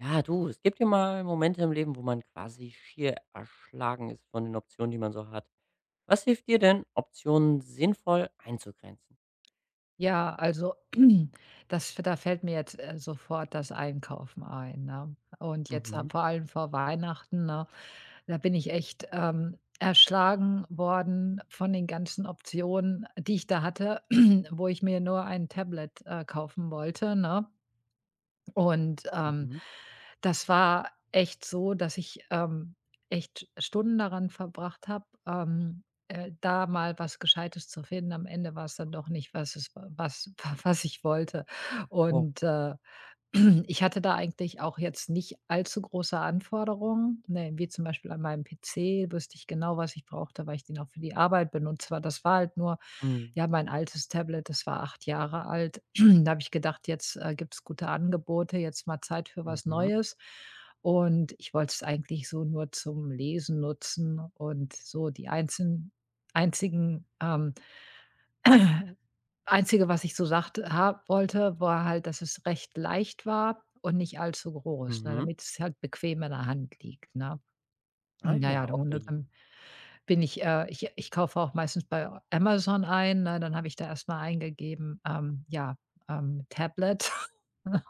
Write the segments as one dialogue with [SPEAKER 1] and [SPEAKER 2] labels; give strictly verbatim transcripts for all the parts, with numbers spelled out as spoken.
[SPEAKER 1] Ja, du, es gibt ja mal Momente im Leben, wo man quasi schier erschlagen ist von den Optionen, die man so hat. Was hilft dir denn, Optionen sinnvoll einzugrenzen?
[SPEAKER 2] Ja, also das da fällt mir jetzt, äh, sofort das Einkaufen ein, ne? Und jetzt äh,
[SPEAKER 1] Mhm,
[SPEAKER 2] vor allem vor Weihnachten, ne, da bin ich echt, ähm, erschlagen worden von den ganzen Optionen, die ich da hatte, wo ich mir nur ein Tablet, äh, kaufen wollte, ne? Und, ähm,
[SPEAKER 1] mhm.
[SPEAKER 2] das war echt so, dass ich, ähm, echt Stunden daran verbracht habe, ähm, äh, da mal was Gescheites zu finden. Am Ende war es dann doch nicht, was es wa was was ich wollte.
[SPEAKER 1] Oh,
[SPEAKER 2] Und, äh, ich hatte da eigentlich auch jetzt nicht allzu große Anforderungen, ne, wie zum Beispiel an meinem P C. Wusste ich genau, was ich brauchte, weil ich den auch für die Arbeit benutzt war. Das war halt nur
[SPEAKER 1] mhm,
[SPEAKER 2] ja, mein altes Tablet, das war acht Jahre alt. Da habe ich gedacht: „Jetzt, äh, gibt es gute Angebote, jetzt mal Zeit für was
[SPEAKER 1] mhm,
[SPEAKER 2] Neues.“ Und ich wollte es eigentlich so nur zum Lesen nutzen und so die einzelnen einzigen, ähm, Einzige, was ich so sagte ha wollte, war halt, dass es recht leicht war und nicht allzu groß, ne,
[SPEAKER 1] mhm.
[SPEAKER 2] damit es halt bequem in der Hand liegt, ne?
[SPEAKER 1] Ah
[SPEAKER 2] Und ja, ja,
[SPEAKER 1] ja,
[SPEAKER 2] der Hunde
[SPEAKER 1] okay.
[SPEAKER 2] dann bin ich äh, ich ich kaufe auch meistens bei Amazon ein, ne? Dann habe ich da erst mal eingegeben, ähm, ja, ähm, Tablet.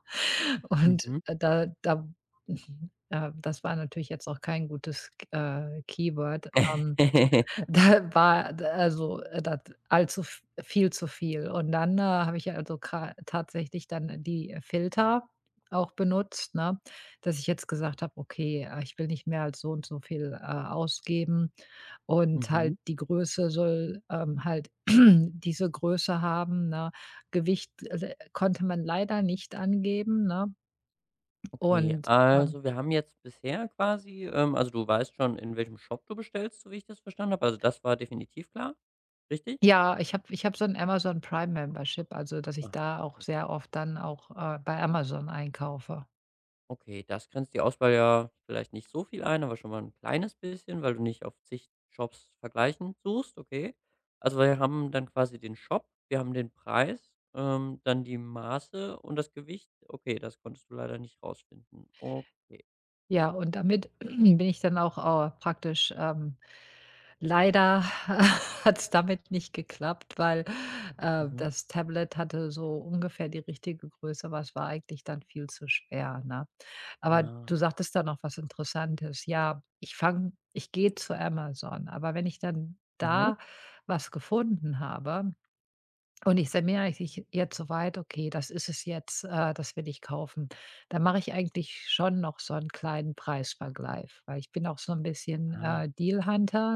[SPEAKER 2] Und
[SPEAKER 1] Mhm.
[SPEAKER 2] äh, da da äh, das war natürlich jetzt auch kein gutes, äh, Keyword, ähm da war d also, äh, das allzu v viel zu viel. Und dann, äh, habe ich also gra tatsächlich dann die äh, Filter auch benutzt, ne, dass ich jetzt gesagt habe: „Okay, äh, ich will nicht mehr als so und so viel, äh, ausgeben und halt
[SPEAKER 1] Mhm.
[SPEAKER 2] die Größe soll, ähm, halt diese Größe haben“, ne? Gewicht, äh, konnte man leider nicht angeben, ne?
[SPEAKER 1] Okay,
[SPEAKER 2] Und, ähm
[SPEAKER 1] also wir haben jetzt bisher quasi ähm, also du weißt schon, in welchem Shop du bestellst, so wie ich das verstanden habe. Also das war definitiv klar, richtig?
[SPEAKER 2] ja, ich habe ich habe so ein
[SPEAKER 1] Okay.
[SPEAKER 2] Amazon Prime Membership, also, dass ich
[SPEAKER 1] Ah,
[SPEAKER 2] da auch
[SPEAKER 1] okay.
[SPEAKER 2] sehr oft dann auch, äh, bei Amazon einkaufe.
[SPEAKER 1] Okay, das grenzt die Auswahl ja vielleicht nicht so viel ein, aber schon mal ein kleines bisschen, weil du nicht auf zig Shops vergleichen suchst, okay. Also, wir haben dann quasi den Shop, wir haben den Preis, ähm, dann die Maße und das Gewicht. Okay, das konntest du leider nicht rausfinden. Okay.
[SPEAKER 2] Ja, und damit bin ich dann auch, äh, praktisch, ähm leider hat es damit nicht geklappt, weil, äh,
[SPEAKER 1] Mhm.
[SPEAKER 2] das Tablet hatte so ungefähr die richtige Größe, aber es war eigentlich dann viel zu schwer, ne? Aber
[SPEAKER 1] Ah,
[SPEAKER 2] du sagtest da noch was Interessantes. Ja, ich fange ich gehe zu Amazon, aber wenn ich dann
[SPEAKER 1] mhm.
[SPEAKER 2] da was gefunden habe und ich sage mir eigentlich jetzt soweit: „Okay, das ist es jetzt, äh, das will ich kaufen.“ Dann mache ich eigentlich schon noch so einen kleinen Preisvergleich, weil ich bin auch so ein bisschen,
[SPEAKER 1] Ah,
[SPEAKER 2] äh, deal,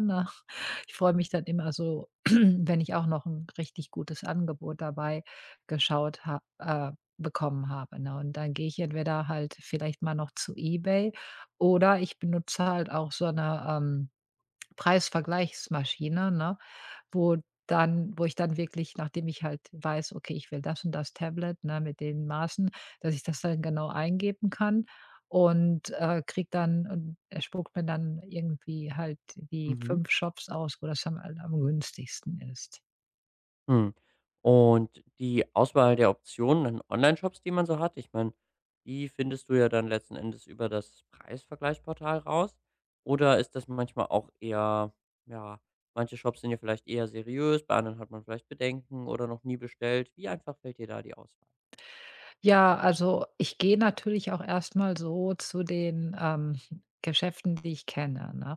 [SPEAKER 2] ne? Ich freue mich dann immer so, wenn ich auch noch ein richtig gutes Angebot dabei geschaut ha äh, bekommen habe, ne? Und dann gehe ich entweder halt vielleicht mal noch zu eBay oder ich benutze halt auch so eine ähm, Preisvergleichsmaschine, ne? Wo dann wo ich dann wirklich, nachdem ich halt weiß: „Okay, ich will das und das Tablet, ne, mit den Maßen“, dass ich das dann genau eingeben kann und, äh, kriege dann und er spuckt mir dann irgendwie halt die
[SPEAKER 1] mhm.
[SPEAKER 2] fünf Shops aus, wo das dann halt am günstigsten ist.
[SPEAKER 1] Mhm. Und die Auswahl der Optionen an Online-Shops, die man so hat, ich meine, die findest du ja dann letzten Endes über das Preisvergleichsportal raus? Oder ist das manchmal auch eher, ja, manche Shops sind ja vielleicht eher seriös, bei anderen hat man vielleicht Bedenken oder noch nie bestellt. Wie einfach fällt dir da die Auswahl?
[SPEAKER 2] Ja, also, ich gehe natürlich auch erstmal so zu den, ähm, Geschäften, die ich kenne, ne?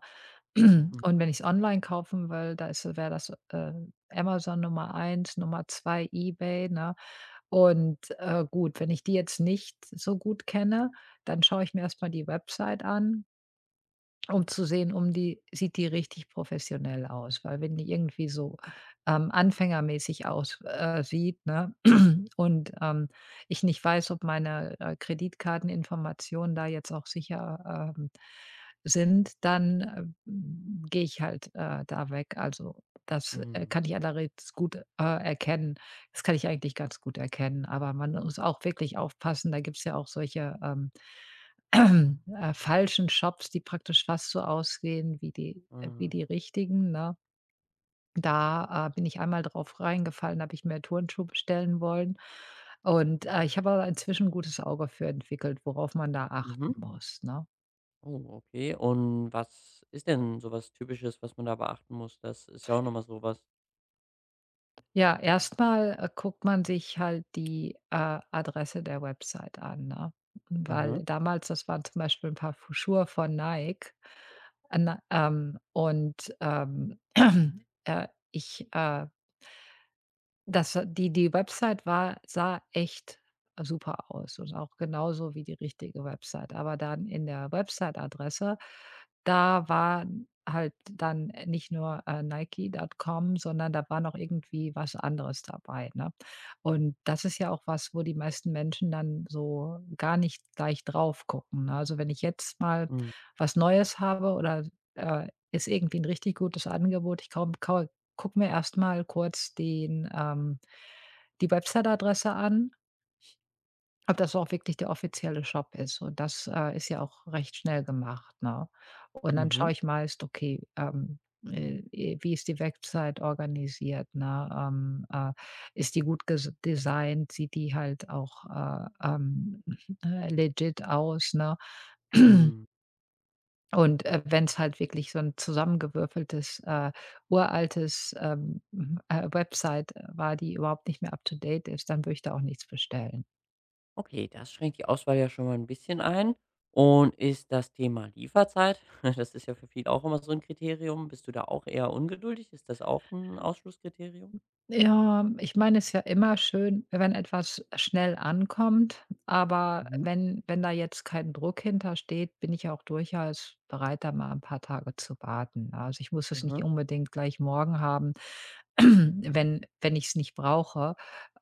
[SPEAKER 1] Hm,
[SPEAKER 2] Und wenn ich es online kaufen will, da ist wäre das, äh, Amazon Nummer eins, Nummer zwei eBay, ne? Und, äh, gut, wenn ich die jetzt nicht so gut kenne, dann schaue ich mir erstmal die Website an, um zu sehen, um die, sieht die richtig professionell aus? Weil wenn die irgendwie so, ähm, anfängermäßig aussieht äh, sieht, ne, Mhm. und, ähm, ich nicht weiß, ob meine, äh, Kreditkarteninformationen da jetzt auch sicher, ähm, sind, dann, äh, hm, gehe ich halt, äh, da weg. Also, das, äh,
[SPEAKER 1] mhm.
[SPEAKER 2] kann ich allerdings gut, äh, erkennen. Das kann ich eigentlich ganz gut erkennen, aber man muss auch wirklich aufpassen. Da gibt es ja auch solche, ähm, äh, falschen Shops, die praktisch fast so aussehen wie die äh,
[SPEAKER 1] Ah,
[SPEAKER 2] wie die richtigen, ne? Da, äh, bin ich einmal drauf reingefallen, habe ich mir Turnschuhe bestellen wollen. Und, äh, ich habe aber inzwischen 'n gutes Auge für entwickelt, worauf man da
[SPEAKER 1] mhm.
[SPEAKER 2] achten muss, ne?
[SPEAKER 1] Oh, okay. Und was ist denn so was Typisches, was man da beachten muss? Das ist ja auch noch mal so.
[SPEAKER 2] Ja, erstmal äh, guckt man sich halt die, äh, Adresse der Website an, ne?
[SPEAKER 1] Mhm.
[SPEAKER 2] Weil damals das waren zum Beispiel ein paar Fu Schuhe von Nike. An ähm, und, ähm, äh, ich, äh das äh, die die Website war sah echt super aus und auch genauso wie die richtige Website. Aber dann in der Website-Adresse, da war halt dann nicht nur, äh, Nike Punkt com, sondern da war noch irgendwie was anderes dabei, ne? Und das ist ja auch was, wo die meisten Menschen dann so gar nicht gleich drauf gucken, ne? Also, wenn ich jetzt mal
[SPEAKER 1] Mhm.
[SPEAKER 2] was Neues habe oder, äh, ist irgendwie ein richtig gutes Angebot, ich kaum gucke mir erstmal kurz den ähm, die Website-Adresse an, ob das auch wirklich der offizielle Shop ist. Und das, äh, ist ja auch recht schnell gemacht, ne? Und dann
[SPEAKER 1] Mhm.
[SPEAKER 2] schaue ich meist, okay, ähm, äh, äh, wie ist die Website organisiert, ne? Ähm, äh, ist die gut ges designt? Sieht die halt auch, äh, ähm, legit aus, ne?
[SPEAKER 1] Mhm.
[SPEAKER 2] Und, äh, wenn es halt wirklich so ein zusammengewürfeltes, äh, uraltes, ähm, hm, äh, Website äh, war, die überhaupt nicht mehr up to date ist, dann würde ich da auch nichts bestellen.
[SPEAKER 1] Okay, das schränkt die Auswahl ja schon mal ein bisschen ein. Und ist das Thema Lieferzeit das ist ja für viele auch immer so ein Kriterium. Bist du da auch eher ungeduldig? Ist das auch ein Ausschlusskriterium?
[SPEAKER 2] Ja, ich meine, es ist ja immer schön, wenn etwas schnell ankommt, aber
[SPEAKER 1] Mhm.
[SPEAKER 2] wenn wenn da jetzt kein Druck hintersteht, bin ich auch durchaus bereit, da mal ein paar Tage zu warten. Also, ich muss es
[SPEAKER 1] Mhm.
[SPEAKER 2] nicht unbedingt gleich morgen haben, wenn wenn ich es nicht brauche.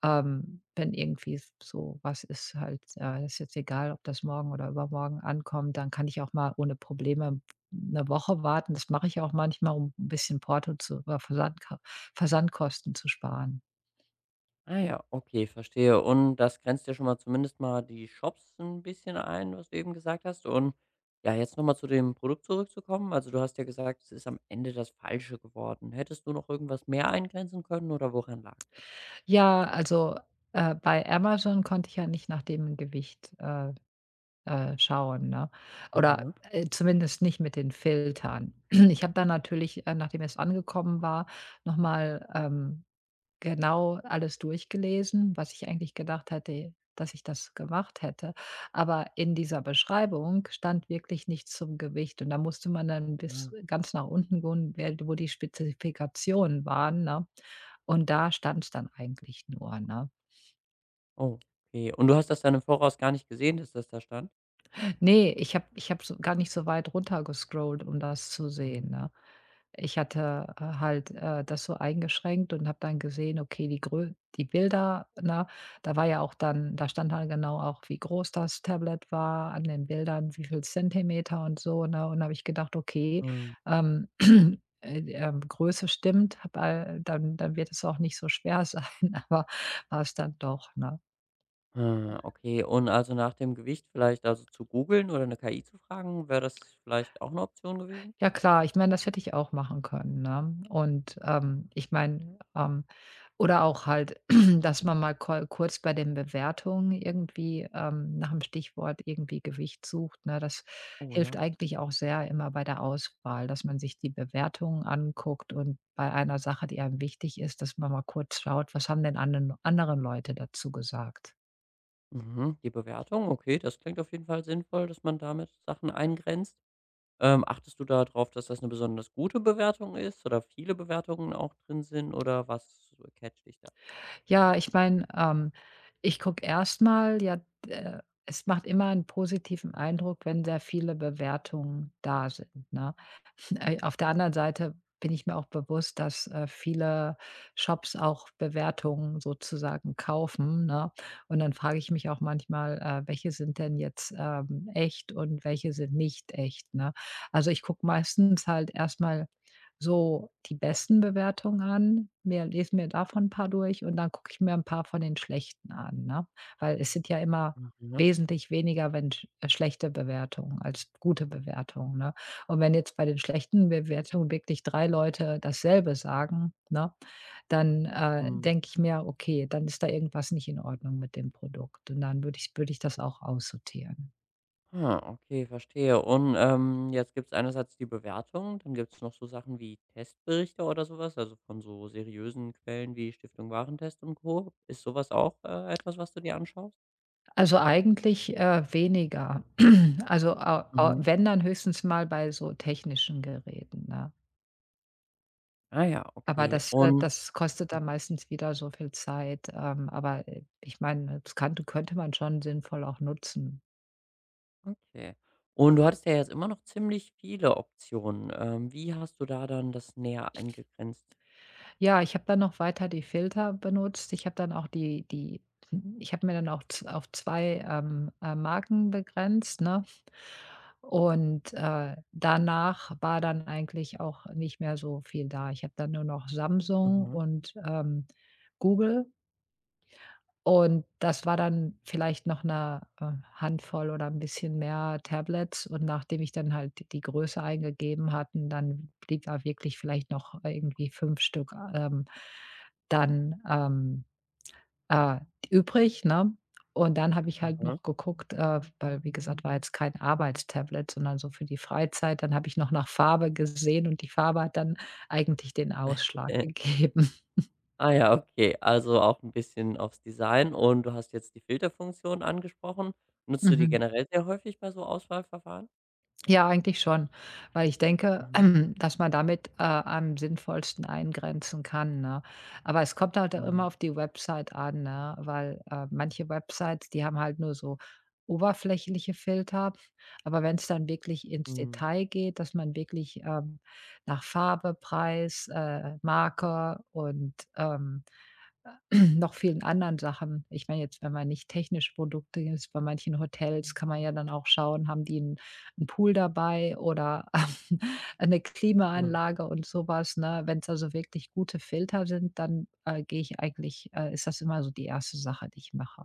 [SPEAKER 2] Ähm, wenn irgendwie s so was ist halt, äh ist jetzt egal, ob das morgen oder übermorgen ankommt, dann kann ich auch mal ohne Probleme eine Woche warten. Das mache ich auch manchmal, um ein bisschen Porto zu oder Versand Versandkosten zu sparen.
[SPEAKER 1] Ah ja, okay, verstehe. Und das grenzt ja schon mal zumindest mal die Shops ein bisschen ein, was du eben gesagt hast. Und ja, jetzt noch mal zu dem Produkt zurückzukommen. Also, du hast ja gesagt, es ist am Ende das Falsche geworden. Hättest du noch irgendwas mehr eingrenzen können oder woran lag?
[SPEAKER 2] Ja, also, äh, bei Amazon konnte ich ja nicht nach dem Gewicht, äh, äh, schauen, ne? Oder,
[SPEAKER 1] Mhm.
[SPEAKER 2] äh, zumindest nicht mit den Filtern. Ich habe dann natürlich, äh, nachdem es angekommen war, noch mal, ähm, genau alles durchgelesen, was ich eigentlich gedacht hätte, dass ich das gemacht hätte. Aber in dieser Beschreibung stand wirklich nichts zum Gewicht und da musste man dann bis ganz nach unten gehen, wer wo die Spezifikationen waren, ne? Und da stand's dann eigentlich nur, ne?
[SPEAKER 1] Oh, okay. Und du hast das dann im Voraus gar nicht gesehen, dass das da stand?
[SPEAKER 2] Ne, ich habe ich habe so gar nicht so weit runter gescrollt, um das zu sehen,
[SPEAKER 1] Mhm.
[SPEAKER 2] ne? Ich hatte, äh, halt, äh, das so eingeschränkt und habe dann gesehen, okay, die Grö die Bilder, ne? Da war ja auch dann da stand halt genau auch, wie groß das Tablet war an den Bildern, wie viel Zentimeter und so, ne? Und da habe ich gedacht: „Okay,
[SPEAKER 1] Mhm.
[SPEAKER 2] ähm, äh, ähm, Größe stimmt, habe, äh dann dann wird es auch nicht so schwer sein“, aber war's dann doch, ne?
[SPEAKER 1] Ah, okay. Und also nach dem Gewicht vielleicht also zu googeln oder 'ne K I zu fragen, wäre das vielleicht auch eine Option gewesen?
[SPEAKER 2] Ja klar, ich meine, das hätte ich auch machen können, ne? Und, ähm, ich meine, ähm oder auch halt, dass man mal ko kurz bei den Bewertungen irgendwie, ähm, nach dem Stichwort irgendwie Gewicht sucht, ne? Das
[SPEAKER 1] Oh
[SPEAKER 2] hilft
[SPEAKER 1] ja.
[SPEAKER 2] eigentlich auch sehr immer bei der Auswahl, dass man sich die Bewertungen anguckt und bei einer Sache, die einem wichtig ist, dass man mal kurz schaut, was haben denn anden andere Leute dazu gesagt?
[SPEAKER 1] Mhm. Die Bewertung, okay, das klingt auf jeden Fall sinnvoll, dass man damit Sachen eingrenzt. Ähm, achtest du darauf, dass das eine besonders gute Bewertung ist oder viele Bewertungen auch drin sind oder was catcht dich da?
[SPEAKER 2] Ja, ich meine, ähm, ich gucke erstmal, ja, äh, es macht immer einen positiven Eindruck, wenn sehr viele Bewertungen da sind, ne? Äh, auf der anderen Seite bin ich mir auch bewusst, dass, äh, viele Shops auch Bewertungen sozusagen kaufen, ne? Und dann frage ich mich auch manchmal, äh, welche sind denn jetzt, ähm, echt und welche sind nicht echt, ne? Also, ich gucke meistens halt erstmal so die besten Bewertungen an, mir lese mir davon ein paar durch und dann gucke ich mir ein paar von den schlechten an, ne? Weil es sind ja immer
[SPEAKER 1] Mhm, ne?
[SPEAKER 2] wesentlich weniger, wenn sch äh, schlechte Bewertungen als gute Bewertungen, ne? Und wenn jetzt bei den schlechten Bewertungen wirklich drei Leute dasselbe sagen, ne, dann, äh,
[SPEAKER 1] Mhm.
[SPEAKER 2] denke ich mir: „Okay, dann ist da irgendwas nicht in Ordnung mit dem Produkt.“ Und dann würde ich würde ich das auch aussortieren.
[SPEAKER 1] Ah, okay, verstehe. Und, ähm, jetzt gibt's einerseits die Bewertung, dann gibt's noch so Sachen wie Testberichte oder sowas. Also von so seriösen Quellen wie Stiftung Warentest und Co. Ist sowas auch, äh, etwas, was du dir anschaust?
[SPEAKER 2] Also eigentlich, äh, weniger. Also, au au
[SPEAKER 1] Mhm.
[SPEAKER 2] wenn, dann höchstens mal bei so technischen Geräten, ne?
[SPEAKER 1] Ah ja,
[SPEAKER 2] Aber
[SPEAKER 1] okay.
[SPEAKER 2] das äh,
[SPEAKER 1] Und
[SPEAKER 2] das kostet dann meistens wieder so viel Zeit. Ähm, aber, äh, ich meine, das kann könnte man schon sinnvoll auch nutzen.
[SPEAKER 1] okay. Und du hattest ja jetzt immer noch ziemlich viele Optionen. Ähm, wie hast du da dann das näher eingegrenzt?
[SPEAKER 2] Ja, ich habe dann noch weiter die Filter benutzt. Ich habe dann auch die die ich habe mir dann auch z auf zwei ähm, äh, Marken begrenzt, ne? Und, äh, danach war dann eigentlich auch nicht mehr so viel da. Ich habe dann nur noch Samsung
[SPEAKER 1] Mhm,
[SPEAKER 2] und, ähm, Google und das war dann vielleicht noch eine äh, Handvoll oder ein bisschen mehr Tablets und nachdem ich dann halt d die Größe eingegeben hatten, dann blieb da wirklich vielleicht noch irgendwie fünf Stück, ähm, dann, ähm, äh, übrig, ne? Und dann habe ich halt
[SPEAKER 1] mhm.
[SPEAKER 2] noch geguckt, äh, weil wie gesagt, war jetzt kein Arbeitstablet, sondern so für die Freizeit. Dann habe ich noch nach Farbe gesehen und die Farbe hat dann eigentlich den Ausschlag gegeben.
[SPEAKER 1] Ah ja, okay. Also auch ein bisschen aufs Design und du hast jetzt die Filterfunktion angesprochen. Nutzt du die
[SPEAKER 2] Mhm.
[SPEAKER 1] generell sehr häufig bei so Auswahlverfahren?
[SPEAKER 2] Ja, eigentlich schon, weil ich denke,
[SPEAKER 1] Mhm.
[SPEAKER 2] dass man damit, äh, am sinnvollsten eingrenzen kann, ne? Aber es kommt halt auch immer
[SPEAKER 1] Mhm,
[SPEAKER 2] auf die Website an, ne? Weil, äh, manche Websites, die haben halt nur so oberflächliche Filter, aber wenn es dann wirklich ins
[SPEAKER 1] mhm,
[SPEAKER 2] Detail geht, dass man wirklich, ähm, nach Farbe, Preis, äh, Marke und, ähm, noch vielen anderen Sachen. Ich meine jetzt, wenn man nicht technische Produkte ist, bei manchen Hotels kann man ja dann auch schauen, haben die 'n 'n Pool dabei oder eine
[SPEAKER 1] mhm.
[SPEAKER 2] Klimaanlage und sowas. was, ne? Wenn's also wirklich gute Filter sind, dann, äh, gehe ich eigentlich äh, ist das immer so die erste Sache, die ich mache.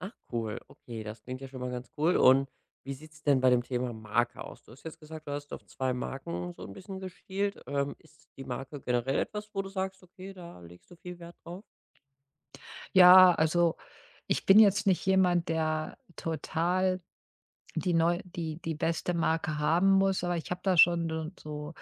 [SPEAKER 1] Ach cool, okay, das klingt ja schon mal ganz cool. Und wie sieht's denn bei dem Thema Marke aus? Du hast jetzt gesagt, du hast auf zwei Marken so ein bisschen geschielt. Ähm, ist die Marke generell etwas, wo du sagst: „Okay, da legst du viel Wert drauf?“
[SPEAKER 2] Ja, also, ich bin jetzt nicht jemand, der total Die neu die die beste Marke haben muss, aber ich habe da schon so so,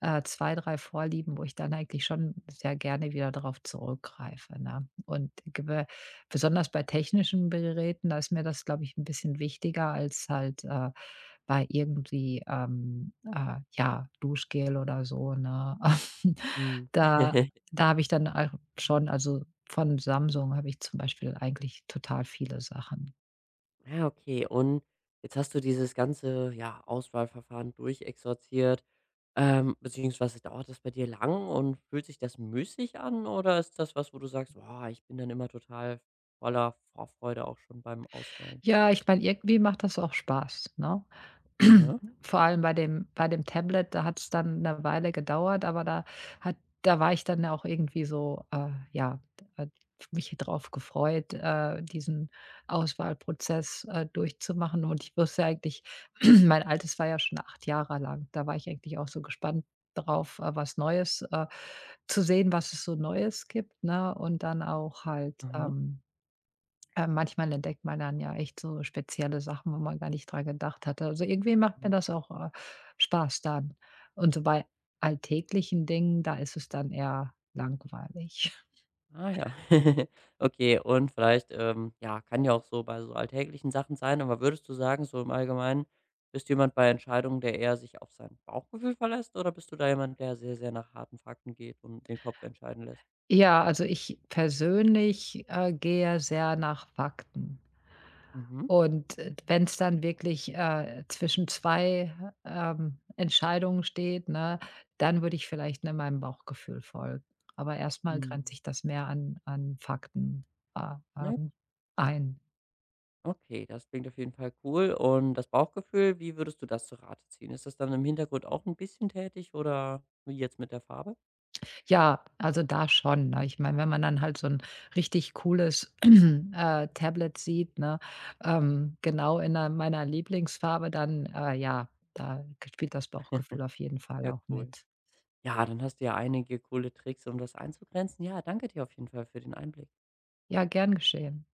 [SPEAKER 2] äh, zwei, drei Vorlieben, wo ich dann eigentlich schon sehr gerne wieder drauf zurückgreife, ne? Und gebe besonders bei technischen Geräten, da ist mir das, glaube ich, ein bisschen wichtiger als halt, äh, bei irgendwie, ähm, äh, ja, Duschgel oder so, ne?
[SPEAKER 1] Mhm.
[SPEAKER 2] Da da habe ich dann auch schon also, von Samsung habe ich zum Beispiel eigentlich total viele Sachen.
[SPEAKER 1] Ja, okay. Und jetzt hast du dieses ganze, ja, Auswahlverfahren durchexorziert. Ähm, beziehungsweise dauert das bei dir lang und fühlt sich das müßig an oder ist das was, wo du sagst, boah, ich bin dann immer total voller Vorfreude auch schon beim Auswählen?
[SPEAKER 2] Ja, ich meine, irgendwie macht das auch Spaß, ne?
[SPEAKER 1] Aha,
[SPEAKER 2] Vor allem bei dem bei dem Tablet, da hat es dann eine Weile gedauert, aber da hat da war ich dann ja auch irgendwie so, äh, ja, äh, mich drauf gefreut, äh, diesen Auswahlprozess, äh, durchzumachen. Und ich wusste eigentlich mein altes war ja schon acht Jahre lang. Da war ich eigentlich auch so gespannt drauf, äh, was Neues, äh zu sehen, was es so Neues gibt, ne? Und dann auch halt,
[SPEAKER 1] aha.
[SPEAKER 2] ähm äh, manchmal entdeckt man dann ja echt so spezielle Sachen, wo man gar nicht dran gedacht hatte. Also irgendwie macht
[SPEAKER 1] Mhm.
[SPEAKER 2] mir das auch, äh, Spaß dann. Und so bei alltäglichen Dingen, da ist es dann eher langweilig.
[SPEAKER 1] Ah ja. Okay, und vielleicht, ähm ja, kann ja auch so bei so alltäglichen Sachen sein, aber würdest du sagen, so im Allgemeinen, bist du jemand bei Entscheidungen, der eher sich auf sein Bauchgefühl verlässt oder bist du da jemand, der sehr, sehr nach harten Fakten geht und den Kopf entscheiden lässt?
[SPEAKER 2] Ja, also ich persönlich, äh, gehe sehr nach Fakten.
[SPEAKER 1] Mhm.
[SPEAKER 2] Und wenn es dann wirklich, äh, zwischen zwei ähm, Entscheidungen steht, ne, dann würde ich vielleicht, ne, meinem Bauchgefühl folgen. Aber erstmal
[SPEAKER 1] Mhm.
[SPEAKER 2] grenze ich das mehr an an Fakten, äh,
[SPEAKER 1] Ne?
[SPEAKER 2] ähm, ein.
[SPEAKER 1] Okay, das klingt auf jeden Fall cool. Und das Bauchgefühl, wie würdest du das zu Rate ziehen? Ist das dann im Hintergrund auch ein bisschen tätig oder wie jetzt mit der Farbe?
[SPEAKER 2] Ja, also da schon, ne? Ich meine, wenn man dann halt so ein richtig cooles, äh, Tablet sieht, ne, ähm, genau in der meiner Lieblingsfarbe, dann, äh, ja, da spielt das Bauchgefühl auf jeden Fall
[SPEAKER 1] Ja,
[SPEAKER 2] auch
[SPEAKER 1] cool.
[SPEAKER 2] mit.
[SPEAKER 1] Ja, dann hast du ja einige coole Tricks, um das einzugrenzen. Ja, danke dir auf jeden Fall für den Einblick.
[SPEAKER 2] Ja, gern geschehen.